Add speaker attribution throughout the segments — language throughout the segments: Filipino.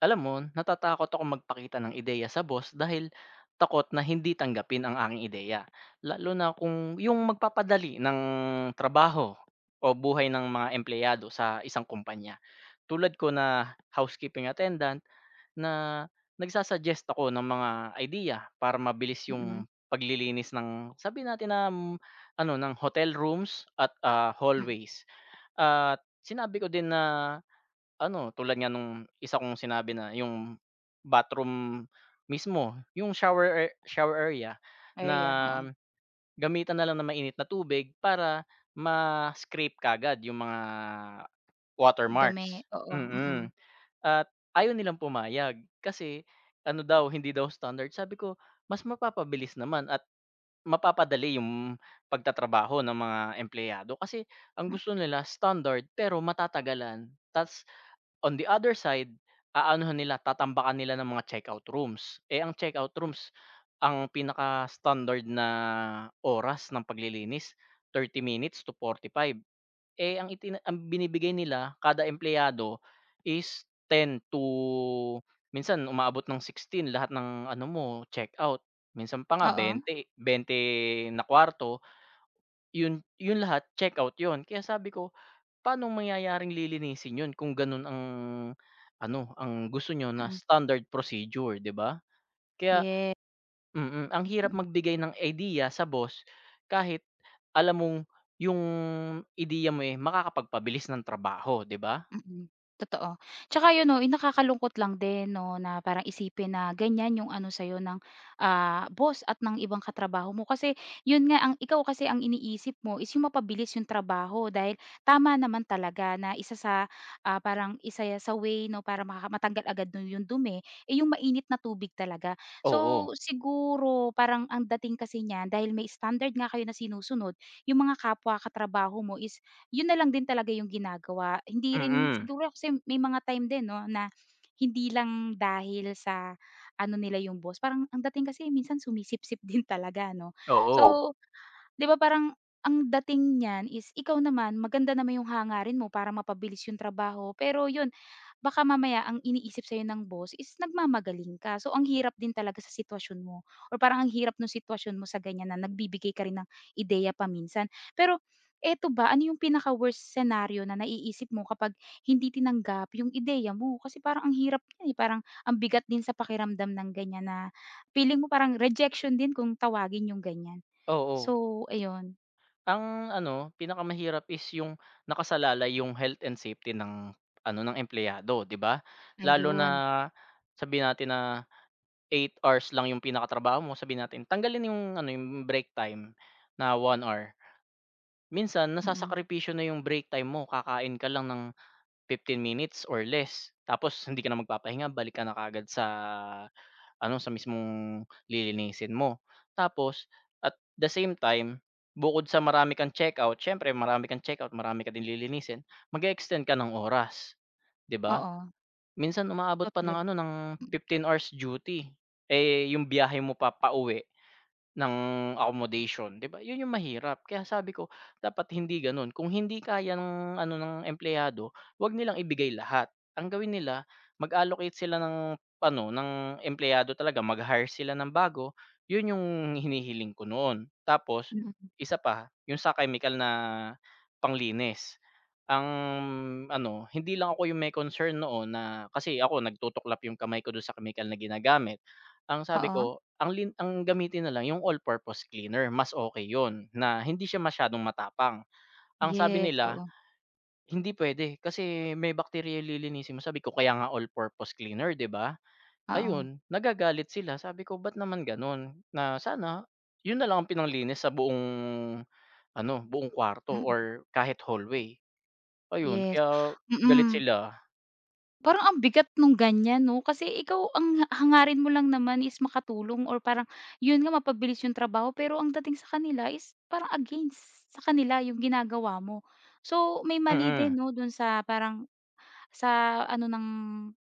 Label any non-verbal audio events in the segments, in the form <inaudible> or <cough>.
Speaker 1: Alam mo, natatakot ako magpakita ng ideya sa boss dahil takot na hindi tanggapin ang aking ideya. Lalo na kung yung magpapadali ng trabaho o buhay ng mga empleyado sa isang kumpanya. Tulad ko na housekeeping attendant na nagsasuggest ako ng mga idea para mabilis
Speaker 2: Mm,
Speaker 1: yung paglilinis ng sabi natin na ano ng hotel rooms at
Speaker 2: mm,
Speaker 1: hallways. At sinabi ko din na ano, tulad nga nung isa kong sinabi na yung bathroom mismo, yung shower area na
Speaker 2: area, oo.
Speaker 1: gamitan na lang ng mainit na tubig para ma-scrape kagad yung mga
Speaker 2: Dumi
Speaker 1: watermarks,
Speaker 2: oo, mm.
Speaker 1: mm. At ayaw nilang pumayag kasi ano daw, hindi daw standard. Sabi ko, mas mapapabilis naman at mapapadali yung pagtatrabaho ng mga empleyado kasi ang gusto nila standard pero matatagalan ta's on the other side, aanuhan nila, tatambakan nila ng mga checkout rooms. Eh, ang checkout rooms, ang pinaka-standard na oras ng paglilinis, 30 minutes to 45. Eh, ang itin ang binibigay nila kada empleyado is 10 to minsan umaabot ng 16 lahat ng ano mo, checkout. Minsan pa nga
Speaker 2: Oo,
Speaker 1: 20, 20 na kwarto, 'yun lahat checkout 'yun. Kaya sabi ko, paano mangyayaring lilinisin 'yun kung gano'n ang ano, ang gusto niyo na
Speaker 2: mm,
Speaker 1: standard procedure, 'di ba? Kaya
Speaker 2: yes.
Speaker 1: mm, ang hirap magbigay ng idea sa boss kahit alam mong yung ideya mo, eh, makakapagpabilis ng trabaho, 'di ba?
Speaker 2: Mm, totoo. Tsaka yun 'no, yung nakakalungkot lang din 'no, na parang isipin na ganyan yung ano sa'yo ng, boss at ng ibang katrabaho mo. Kasi yun nga, ang ikaw kasi ang iniisip mo is yung mapabilis yung trabaho dahil tama naman talaga na isa sa, parang isa sa way 'no, para matanggal agad dun yung dumi, eh, yung mainit na tubig talaga. So,
Speaker 1: Oo,
Speaker 2: siguro parang ang dating kasi niyan dahil may standard nga kayo na sinusunod, yung mga kapwa katrabaho mo is yun na lang din talaga yung ginagawa. Hindi rin
Speaker 1: mm,
Speaker 2: siguro kasi may mga time din 'no, na hindi lang dahil sa ano nila yung boss, parang ang dating kasi minsan sumisipsip <laughs> din talaga 'no.
Speaker 1: oo,
Speaker 2: So, 'di ba parang ang dating niyan is ikaw naman maganda naman yung hangarin mo para mapabilis yung trabaho, pero yun, baka mamaya ang iniisip sa'yo ng boss is nagmamagaling ka. So, ang hirap din talaga sa sitwasyon mo or parang ang hirap ng sitwasyon mo sa ganyan na nagbibigay ka rin ng ideya paminsan. Pero eto ba, ano yung pinaka-worst scenario na naiisip mo kapag hindi tinanggap yung ideya mo? Kasi parang ang hirap niya eh, parang ang bigat din sa pakiramdam ng ganyan na feeling mo parang rejection din kung tawagin yung ganyan.
Speaker 1: oo.
Speaker 2: So, ayun.
Speaker 1: Ang ano, pinakamahirap is yung nakasalalay yung health and safety ng ano, ng empleyado, 'di ba? Lalo na
Speaker 2: Ayun,
Speaker 1: sabihin natin na eight hours lang yung pinakatrabaho mo, sabihin natin tanggalin yung ano, yung break time na 1 hour. Minsan
Speaker 2: mm.
Speaker 1: nasasakripisyo na yung break time mo, kakain ka lang ng 15 minutes or less. Tapos <laughs> hindi ka na magpapahinga, balik ka na kaagad sa ano, sa mismong lilinisin mo. Tapos at the same time, bukod sa marami kang checkout, siyempre marami kang checkout, marami ka din lilinisin, mag extend ka ng oras, 'di ba?
Speaker 2: Oo,
Speaker 1: Minsan umaabot
Speaker 2: totoo
Speaker 1: pa ng
Speaker 2: talaga,
Speaker 1: ano ng
Speaker 2: mm,
Speaker 1: 15 hours duty, eh, yung biyahe mo pa pauwi ng accommodation, 'di ba? 'Yun yung mahirap. Kaya sabi ko dapat hindi gano'n. Kung hindi kaya ng ano, ng empleyado, 'wag nilang ibigay lahat. Ang gawin nila, mag-allocate sila ng ano, ng empleyado talaga, mag-hire sila ng bago. 'Yun yung hinihiling ko noon. Tapos
Speaker 2: mm.
Speaker 1: isa pa, yung sa chemical na panglinis. Ang ano, hindi lang ako yung may concern noon na kasi ako nagtutuklap yung kamay ko dun sa chemical na ginagamit. Ang sabi
Speaker 2: Oo,
Speaker 1: ko ang lin ang gamitin na lang yung all-purpose cleaner, mas okay yun na hindi siya masyadong matapang. Ang sabi
Speaker 2: yes,
Speaker 1: nila,
Speaker 2: oo,
Speaker 1: "Hindi puwede kasi may bakterya yung lilinisin mo." Sabi ko, "Kaya nga all-purpose cleaner, 'di ba?"
Speaker 2: oo,
Speaker 1: Ayun, nagagalit sila. Sabi ko, "Ba't naman gano'n?" Na sana yun na lang ang pinanglinis sa buong ano, buong kwarto
Speaker 2: mm,
Speaker 1: or kahit hallway. Ayun,
Speaker 2: yes,
Speaker 1: kaya galit
Speaker 2: mm.
Speaker 1: sila.
Speaker 2: Parang ang bigat nung ganyan 'no, kasi ikaw ang hangarin mo lang naman is makatulong or parang yun nga mapabilis yung trabaho, pero ang dating sa kanila is parang against sa kanila yung ginagawa mo. So, may mali din
Speaker 1: Mm,
Speaker 2: 'no, dun sa parang sa ano ng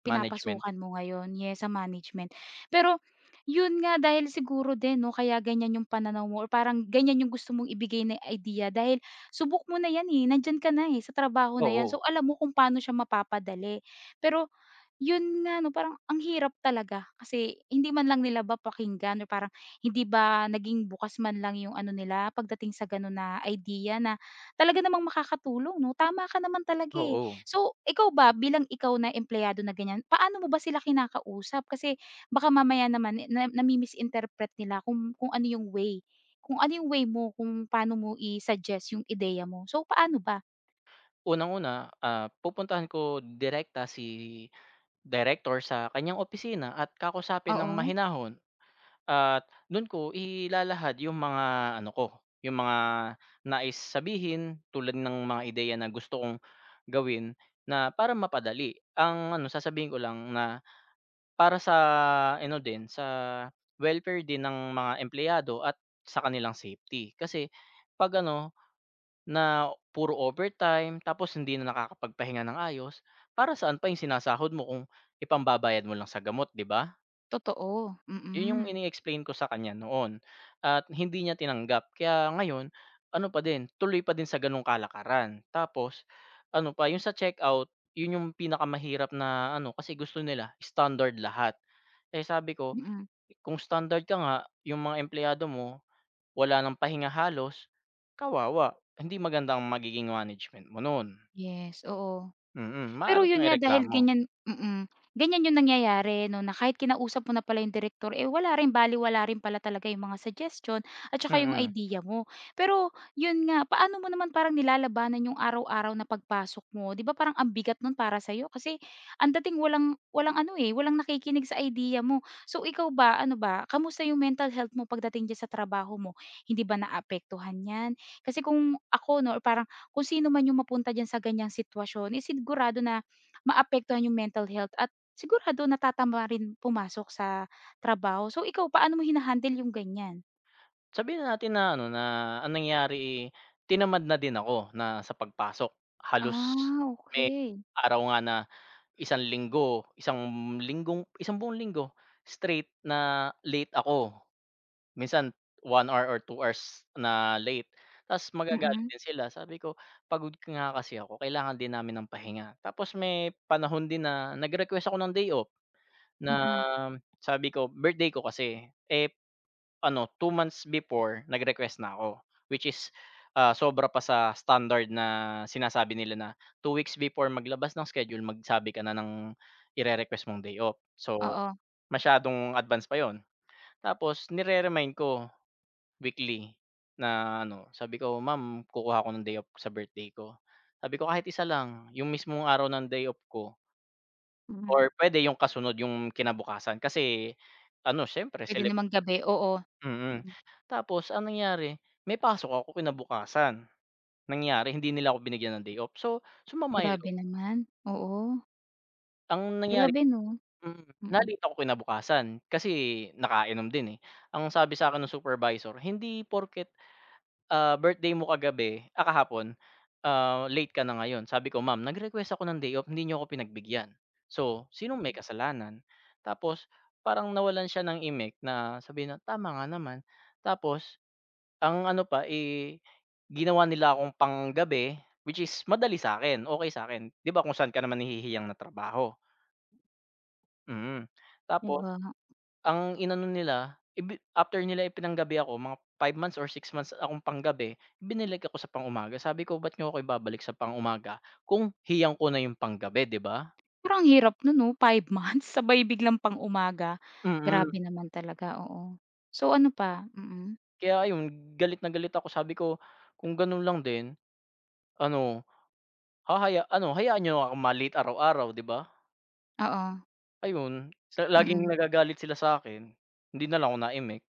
Speaker 1: management.
Speaker 2: pinapasukan mo ngayon, yes, sa management. Pero yun nga dahil siguro din 'no kaya ganyan yung pananaw mo or parang ganyan yung gusto mong ibigay na idea dahil subok mo na yan, eh, nandiyan ka na, eh, sa trabaho na yan.
Speaker 1: Oo,
Speaker 2: So, alam mo kung paano siya mapapadali. Pero yun nga 'no, parang ang hirap talaga kasi hindi man lang nila ba pakinggan or parang hindi ba naging bukas man lang yung ano nila pagdating sa gano'n na idea na talaga namang makakatulong 'no? Tama ka naman talaga, eh.
Speaker 1: oo.
Speaker 2: So, ikaw ba bilang ikaw na empleyado na ganyan, paano mo ba sila kinakausap? Kasi baka mamaya naman, eh, na nami-misinterpret nila kung ano yung way kung ano yung way mo kung paano mo i-suggest yung ideya mo. So, paano ba?
Speaker 1: Unang-una, pupuntahan ko direkta si director sa kanyang opisina at kakausapin ng
Speaker 2: Oo,
Speaker 1: mahinahon at dun ko ilalahad yung mga ano ko, yung mga nais sabihin tulad ng mga ideya na gusto kong gawin na para mapadali. Ang ano sasabihin ko lang na para sa ano din, sa welfare din ng mga empleyado at sa kanilang safety. Kasi 'pag ano, na puro overtime tapos hindi na nakakapagpahinga ng ayos, para saan pa yung sinasahod mo kung ipambabayad mo lang sa gamot, 'di ba?
Speaker 2: totoo.
Speaker 1: Yun yung
Speaker 2: Mm.
Speaker 1: ini-explain ko sa kanya noon at hindi niya tinanggap. Kaya ngayon ano pa din, tuloy pa din sa ganong kalakaran. Tapos ano pa, yung sa checkout, yun yung pinakamahirap na ano, kasi gusto nila standard lahat. Eh, sabi ko,
Speaker 2: Mm.
Speaker 1: kung standard ka nga, yung mga empleyado mo wala ng pahinga halos, kawawa. Hindi maganda ang magiging management mo nun,
Speaker 2: Yes, oo.
Speaker 1: mm.
Speaker 2: Pero
Speaker 1: Maaari
Speaker 2: yun
Speaker 1: kang
Speaker 2: nga dahil
Speaker 1: ireklamo,
Speaker 2: ganyan yung nangyayari 'no, na kahit kinausap mo na pala yung direktor, eh, wala rin balewala rin pala talaga yung mga suggestion at saka yung
Speaker 1: mm.
Speaker 2: idea mo. Pero yun nga, paano mo naman parang nilalabanan yung araw-araw na pagpasok mo? 'Di ba parang ang bigat nun para sa'yo kasi ang dating walang walang ano, eh, walang nakikinig sa idea mo. So ikaw ba, ano ba, kamusta yung mental health mo pagdating diyan sa trabaho mo? Hindi ba naapektuhan 'yan? Kasi kung ako 'no, parang kung sino man yung mapunta diyan sa ganyang sitwasyon, eh, sigurado na maapektuhan yung mental health at sigurado natatama rin pumasok sa trabaho. So ikaw, paano mo yung ganyan?
Speaker 1: Sabihin na natin na ano, na ang nangyari, eh, tinamad na din ako na sa pagpasok. Halos
Speaker 2: Ah,
Speaker 1: may
Speaker 2: okay.
Speaker 1: araw nga na isang linggo, isang linggong isang buong linggo straight na late ako. Minsan 1 hour or 2 hours na late, ta's magagalit
Speaker 2: Mm,
Speaker 1: din sila. Sabi ko, "Pagod ka nga kasi ako, kailangan din namin ng pahinga." Tapos may panahon din na nag-request ako ng day off na
Speaker 2: mm.
Speaker 1: sabi ko birthday ko kasi, eh, ano 2 months before nag-request na ako, which is, sobra pa sa standard na sinasabi nila na 2 weeks before maglabas ng schedule, magsabi ka na ng ire-request mong day off. So,
Speaker 2: Oo,
Speaker 1: masyadong advance pa yon. Tapos nire-remind ko weekly na ano, sabi ko, "Ma'am, kukuha ako ng day off sa birthday ko." Sabi ko, "Kahit isa lang, yung mismong araw ng day off ko
Speaker 2: mm.
Speaker 1: or puwede yung kasunod, yung kinabukasan." Kasi ano, siyempre
Speaker 2: Pwede
Speaker 1: celeb
Speaker 2: naman gabi, oo.
Speaker 1: mm.
Speaker 2: Mm,
Speaker 1: Tapos ang nangyari, may pasok ako kinabukasan. Nangyari hindi nila ako binigyan ng day off. So, sumama yung
Speaker 2: grabe
Speaker 1: loob.
Speaker 2: naman, oo.
Speaker 1: Ang nangyari
Speaker 2: Grabe 'no,
Speaker 1: mm,
Speaker 2: mm,
Speaker 1: na-late ako kinabukasan kasi nakainom din, eh. Ang sabi sa'kin ng supervisor, hindi porket birthday mo kagabi kahapon, late ka na ngayon. Sabi ko, "Ma'am, nag-request ako ng day off, hindi niyo ako pinagbigyan. So, sinong may kasalanan?" Tapos parang nawalan siya ng imek na sabi na, "Tama nga naman." Tapos ang ano pa, eh, ginawa nila akong panggabi, which is madali sa akin, okay sa akin, 'di ba kung saan ka naman nahihiyang na trabaho, mm.
Speaker 2: 'di
Speaker 1: Tapos
Speaker 2: ba?
Speaker 1: ang inano nila, ibi after nila ipinanggabi ako mga 5 months or 6 months akong panggabi, binalik ako sa pang-umaga. Sabi ko, "Ba't niyo ako ibabalik sa pang-umaga kung hiyang ko na yung panggabi," 'di ba?
Speaker 2: Parang ang hirap no'n 'no, 5 months <laughs> sabay biglang pang-umaga.
Speaker 1: Mm,
Speaker 2: Grabe naman talaga, oo. So ano pa? Mm,
Speaker 1: kaya ayun galit na galit ako sabi ko, "Kung ganun lang din ano, hahaya ano hayaan niyo ako ma-late araw-araw," 'di ba?
Speaker 2: oo,
Speaker 1: Ayun, ta laging
Speaker 2: mm.
Speaker 1: nagagalit sila sa akin, hindi na lang ako naimik.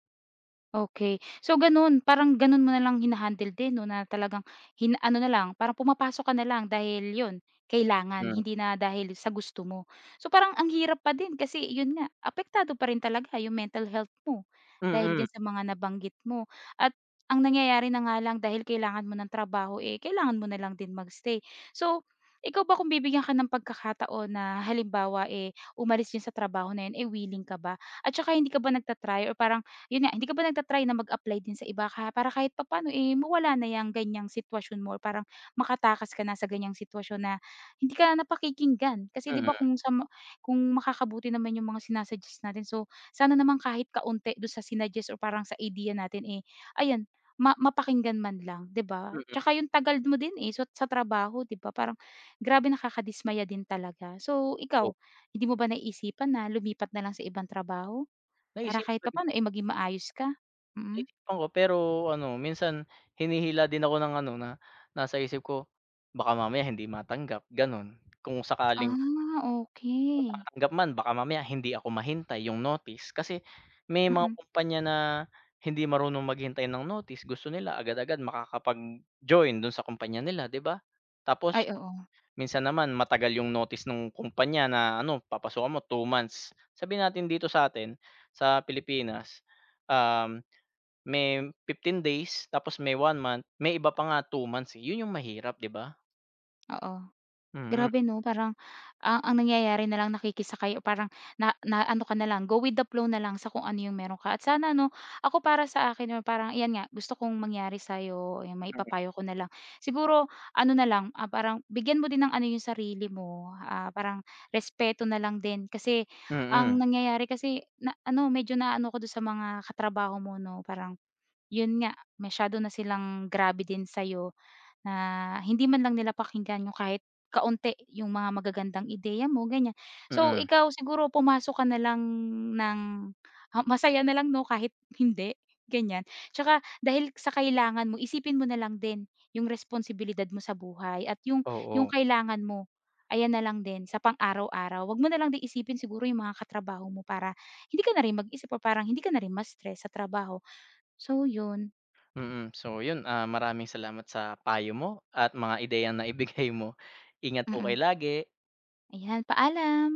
Speaker 2: Okay, so gano'n, parang gano'n mo na lang hinahandle din 'no, na talagang ano na lang, parang pumapasok ka na lang dahil 'yun, kailangan,
Speaker 1: Hmm,
Speaker 2: hindi na dahil sa gusto mo. So parang ang hirap pa din kasi 'yun nga, apektado pa rin talaga 'yung mental health mo dahil
Speaker 1: mm,
Speaker 2: diyan sa mga nabanggit mo. At ang nangyayari na nga lang dahil kailangan mo ng trabaho, eh, kailangan mo na lang din magstay. So, ikaw ba kung bibigyan ka ng pagkakataon na halimbawa, eh, umalis diyan sa trabaho na 'yun, eh, willing ka ba? At saka hindi ka ba nagtatry try or parang yun nga, hindi ka ba nagta-try na mag-apply din sa iba ka para kahit papaano, eh, mawala na yung ganyang sitwasyon mo or parang makatakas ka na sa ganyang sitwasyon na hindi ka na napakikinggan. Kasi 'di ba
Speaker 1: mm,
Speaker 2: kung sa ma kung makakabuti naman yung mga natin, so sana naman kahit kaunti do sa sinuggest or parang sa idea natin, eh, ayan mapakinggan man lang, 'di ba?
Speaker 1: mm.
Speaker 2: Tsaka yung tagal mo din, eh, so sa trabaho, 'di ba? Parang grabe nakakadismaya din talaga. So
Speaker 1: Oh,
Speaker 2: ikaw, hindi mo ba naisipan na lumipat na lang sa ibang trabaho? Para
Speaker 1: naisip
Speaker 2: kahit
Speaker 1: ko
Speaker 2: papaano, eh, maging maayos ka? Mm.
Speaker 1: Naisipan ko. Pero ano minsan hinihila din ako ng ano na nasa isip ko, baka mamaya hindi matanggap gano'n. Kung sakaling
Speaker 2: Ah, okey.
Speaker 1: matanggap man baka mamaya hindi ako mahintay yung notice kasi may mga
Speaker 2: Mm.
Speaker 1: kumpanya na hindi marunong maghintay ng notice, gusto nila agad-agad makakapag-join do'n sa kumpanya nila 'di ba? Tapos
Speaker 2: Ay, oo,
Speaker 1: minsan naman matagal yung notice nung kumpanya na ano papasukan mo 2 months. Sabihin natin dito sa'tin sa Pilipinas, um may 15 days, tapos may 1 month, may iba pa nga 2 months, eh, 'yun yung mahirap 'di ba?
Speaker 2: oo.
Speaker 1: Mm,
Speaker 2: Grabe 'no, parang ang nangyayari na lang nakikisakay o parang na na ano ka na lang, go with the flow na lang sa kung ano yung meron ka. At sana 'no, ako para sa akin or parang iyan nga, gusto kong mangyari sa'yo, ayan maipapayo ko na lang. Siguro ano na lang, parang bigyan mo din ng ano yung sarili mo, parang respeto na lang din. Kasi
Speaker 1: mm,
Speaker 2: ang nangyayari kasi na ano, medyo naano ako dun sa mga katrabaho mo 'no, parang yun nga, masyado na silang grabe din sa'yo na hindi man lang nila pakinggan yung kahit kaunti yung mga magagandang ideya mo, ganyan. So,
Speaker 1: mm,
Speaker 2: ikaw siguro pumasok ka na lang ng, masaya na lang 'no, kahit <laughs> hindi, ganyan. Tsaka dahil sa kailangan mo, isipin mo na lang din yung responsibilidad mo sa buhay at yung
Speaker 1: oo,
Speaker 2: kailangan mo, ayan na lang din sa pang-araw-araw. Wag mo na lang din isipin siguro yung mga katrabaho mo para hindi ka na rin mag-isip or parang hindi ka na rin ma-stress sa trabaho. So, yun.
Speaker 1: mm. So 'yun, maraming salamat sa payo mo at mga ideyang naibigay mo. Ingat po
Speaker 2: Mm.
Speaker 1: kayo lagi.
Speaker 2: Ayan, paalam.